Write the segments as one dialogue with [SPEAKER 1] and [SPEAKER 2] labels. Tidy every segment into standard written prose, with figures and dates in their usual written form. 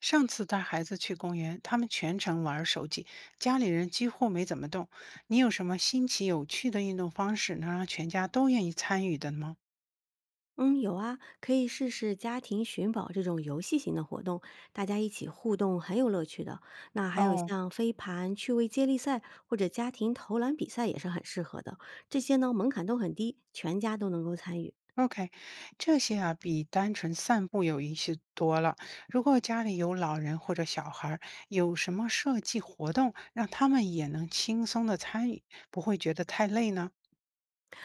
[SPEAKER 1] 上次带孩子去公园，他们全程玩手机，家里人几乎没怎么动。你有什么新奇有趣的运动方式，能让全家都愿意参与的吗？
[SPEAKER 2] 嗯，有啊，可以试试家庭寻宝这种游戏型的活动，大家一起互动很有乐趣的。那还有
[SPEAKER 1] 哦
[SPEAKER 2] 像飞盘、趣味接力赛或者家庭投篮比赛也是很适合的。这些呢门槛都很低，全家都能够参与。
[SPEAKER 1] ，OK，这些啊比单纯散步有意思多了。如果家里有老人或者小孩儿，有什么设计活动让他们也能轻松的参与，不会觉得太累呢？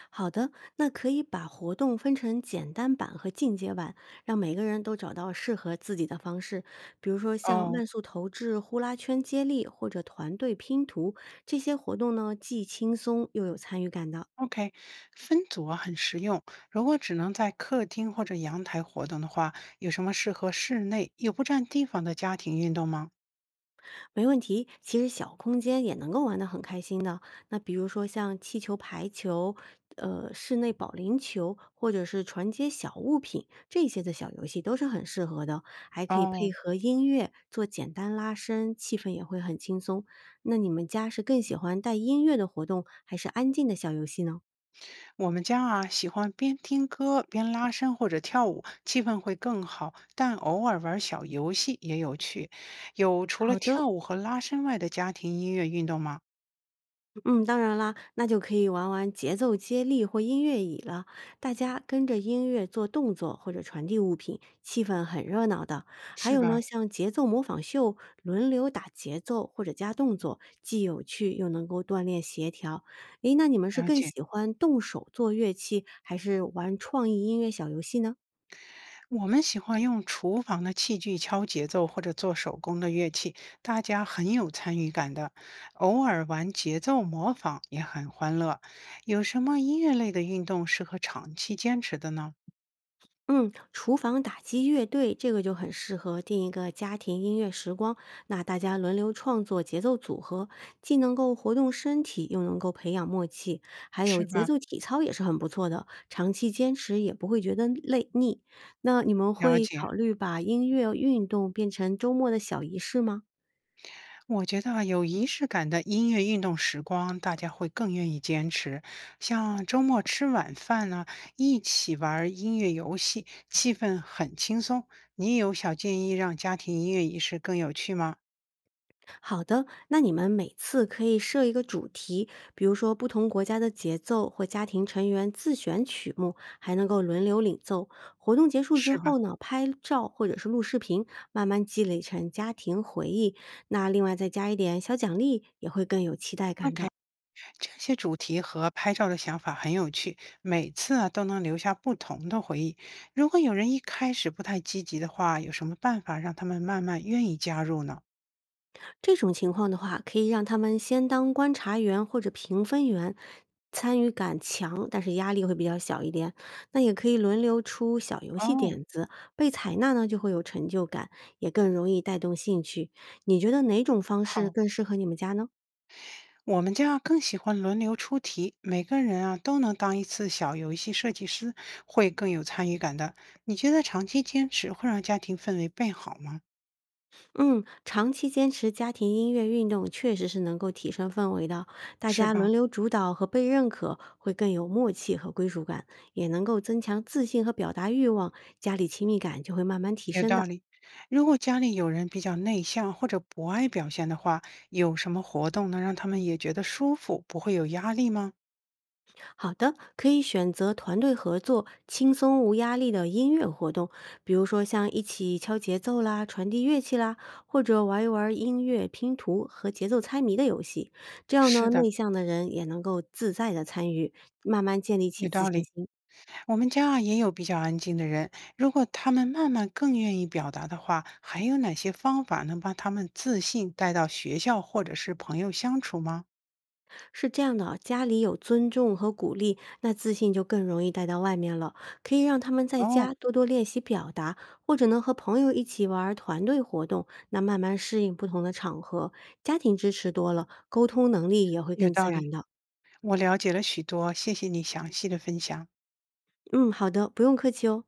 [SPEAKER 2] 好的，那可以把活动分成简单版和进阶版，让每个人都找到适合自己的方式。比如说像
[SPEAKER 1] 哦
[SPEAKER 2] 慢速投掷、呼啦圈接力或者团队拼图这些活动呢，既轻松又有参与感的。
[SPEAKER 1] OK，分组啊很实用。如果只能在客厅或者阳台活动的话，有什么适合室内又不占地方的家庭运动吗？
[SPEAKER 2] 没问题，其实小空间也能够玩得很开心的。那比如说像气球、排球，室内保龄球，或者是传接小物品这些的小游戏都是很适合的，还可以配
[SPEAKER 1] 哦，
[SPEAKER 2] 合音乐做简单拉伸，气氛也会很轻松。那你们家是更喜欢带音乐的活动，还是安静的小游戏呢？
[SPEAKER 1] 我们家啊喜欢边听歌边拉伸或者跳舞，气氛会更好。但偶尔玩小游戏也有趣。有除了
[SPEAKER 2] 好的，
[SPEAKER 1] 跳舞和拉伸外的家庭音乐运动吗？
[SPEAKER 2] 嗯，当然啦，那就可以玩玩节奏接力或音乐椅了。大家跟着音乐做动作或者传递物品，气氛很热闹的。还
[SPEAKER 1] 是
[SPEAKER 2] 有呢，
[SPEAKER 1] 吧？
[SPEAKER 2] 像节奏模仿秀，轮流打节奏或者加动作，既有趣又能够锻炼协调。诶，那你们是
[SPEAKER 1] 了
[SPEAKER 2] 更
[SPEAKER 1] 解。
[SPEAKER 2] 喜欢动手做乐器，还是玩创意音乐小游戏呢？
[SPEAKER 1] 我们喜欢用厨房的器具敲节奏或者做手工的乐器，大家很有参与感的。偶尔玩节奏模仿也很欢乐。有什么音乐类的运动适合长期坚持的呢？
[SPEAKER 2] 嗯，厨房打击乐队这个就很适合定一个家庭音乐时光，那大家轮流创作节奏组合，既能够活动身体，又能够培养默契。还有
[SPEAKER 1] 是
[SPEAKER 2] 节
[SPEAKER 1] 吧？
[SPEAKER 2] 奏体操也是很不错的，长期坚持也不会觉得累腻。那你们
[SPEAKER 1] 了
[SPEAKER 2] 会
[SPEAKER 1] 解。
[SPEAKER 2] 考虑把音乐运动变成周末的小仪式吗？
[SPEAKER 1] 我觉得啊有仪式感的音乐运动时光，大家会更愿意坚持。像周末吃晚饭呢，一起玩儿音乐游戏，气氛很轻松。你有小建议让家庭音乐仪式更有趣吗？
[SPEAKER 2] 好的，那你们每次可以设一个主题，比如说不同国家的节奏或家庭成员自选曲目，还能够轮流领奏。活动结束之
[SPEAKER 1] 是吧？
[SPEAKER 2] 后呢，拍照或者是录视频，慢慢积累成家庭回忆。那另外再加一点小奖励，也会更有期待感的。
[SPEAKER 1] OK，这些主题和拍照的想法很有趣，每次啊都能留下不同的回忆。如果有人一开始不太积极的话，有什么办法让他们慢慢愿意加入呢？
[SPEAKER 2] 这种情况的话，可以让他们先当观察员或者评分员，参与感强，但是压力会比较小一点。那也可以轮流出小游戏
[SPEAKER 1] 哦，
[SPEAKER 2] 点子，被采纳呢就会有成就感，也更容易带动兴趣。你觉得哪种方式
[SPEAKER 1] 好，
[SPEAKER 2] 更适合你们家呢？
[SPEAKER 1] 我们家更喜欢轮流出题，每个人啊都能当一次小游戏设计师，会更有参与感的。你觉得长期坚持会让家庭氛围变好吗？
[SPEAKER 2] 嗯，长期坚持家庭音乐运动确实是能够提升氛围的，大
[SPEAKER 1] 是
[SPEAKER 2] 家轮
[SPEAKER 1] 吧？
[SPEAKER 2] 流主导和被认可，会更有默契和归属感，也能够增强自信和表达欲望，家里亲密感就会慢慢提
[SPEAKER 1] 有
[SPEAKER 2] 升的。
[SPEAKER 1] 道理。如果家里有人比较内向或者不爱表现的话，有什么活动能让他们也觉得舒服，不会有压力吗？
[SPEAKER 2] 好的，可以选择团队合作、轻松无压力的音乐活动，比如说像一起敲节奏啦、传递乐器啦，或者玩一玩音乐拼图和节奏猜谜的游戏。这样
[SPEAKER 1] 是
[SPEAKER 2] 呢，
[SPEAKER 1] 的，
[SPEAKER 2] 内向的人也能够自在的参与，慢慢建立起
[SPEAKER 1] 有
[SPEAKER 2] 自
[SPEAKER 1] 道
[SPEAKER 2] 信
[SPEAKER 1] 理。
[SPEAKER 2] 心。
[SPEAKER 1] 我们家啊也有比较安静的人，如果他们慢慢更愿意表达的话，还有哪些方法能帮他们自信带到学校或者是朋友相处吗？
[SPEAKER 2] 是这样的啊，家里有尊重和鼓励，那自信就更容易带到外面了。可以让他们在
[SPEAKER 1] 哦，
[SPEAKER 2] 家多多练习表达，或者呢和朋友一起玩儿团队活动，那慢慢适应不同的场合。家庭支持多了，沟通能力也会
[SPEAKER 1] 有
[SPEAKER 2] 更
[SPEAKER 1] 道
[SPEAKER 2] 自然
[SPEAKER 1] 理，
[SPEAKER 2] 的。
[SPEAKER 1] 我了解了许多，谢谢你详细的分享。
[SPEAKER 2] 嗯，好的，不用客气哦。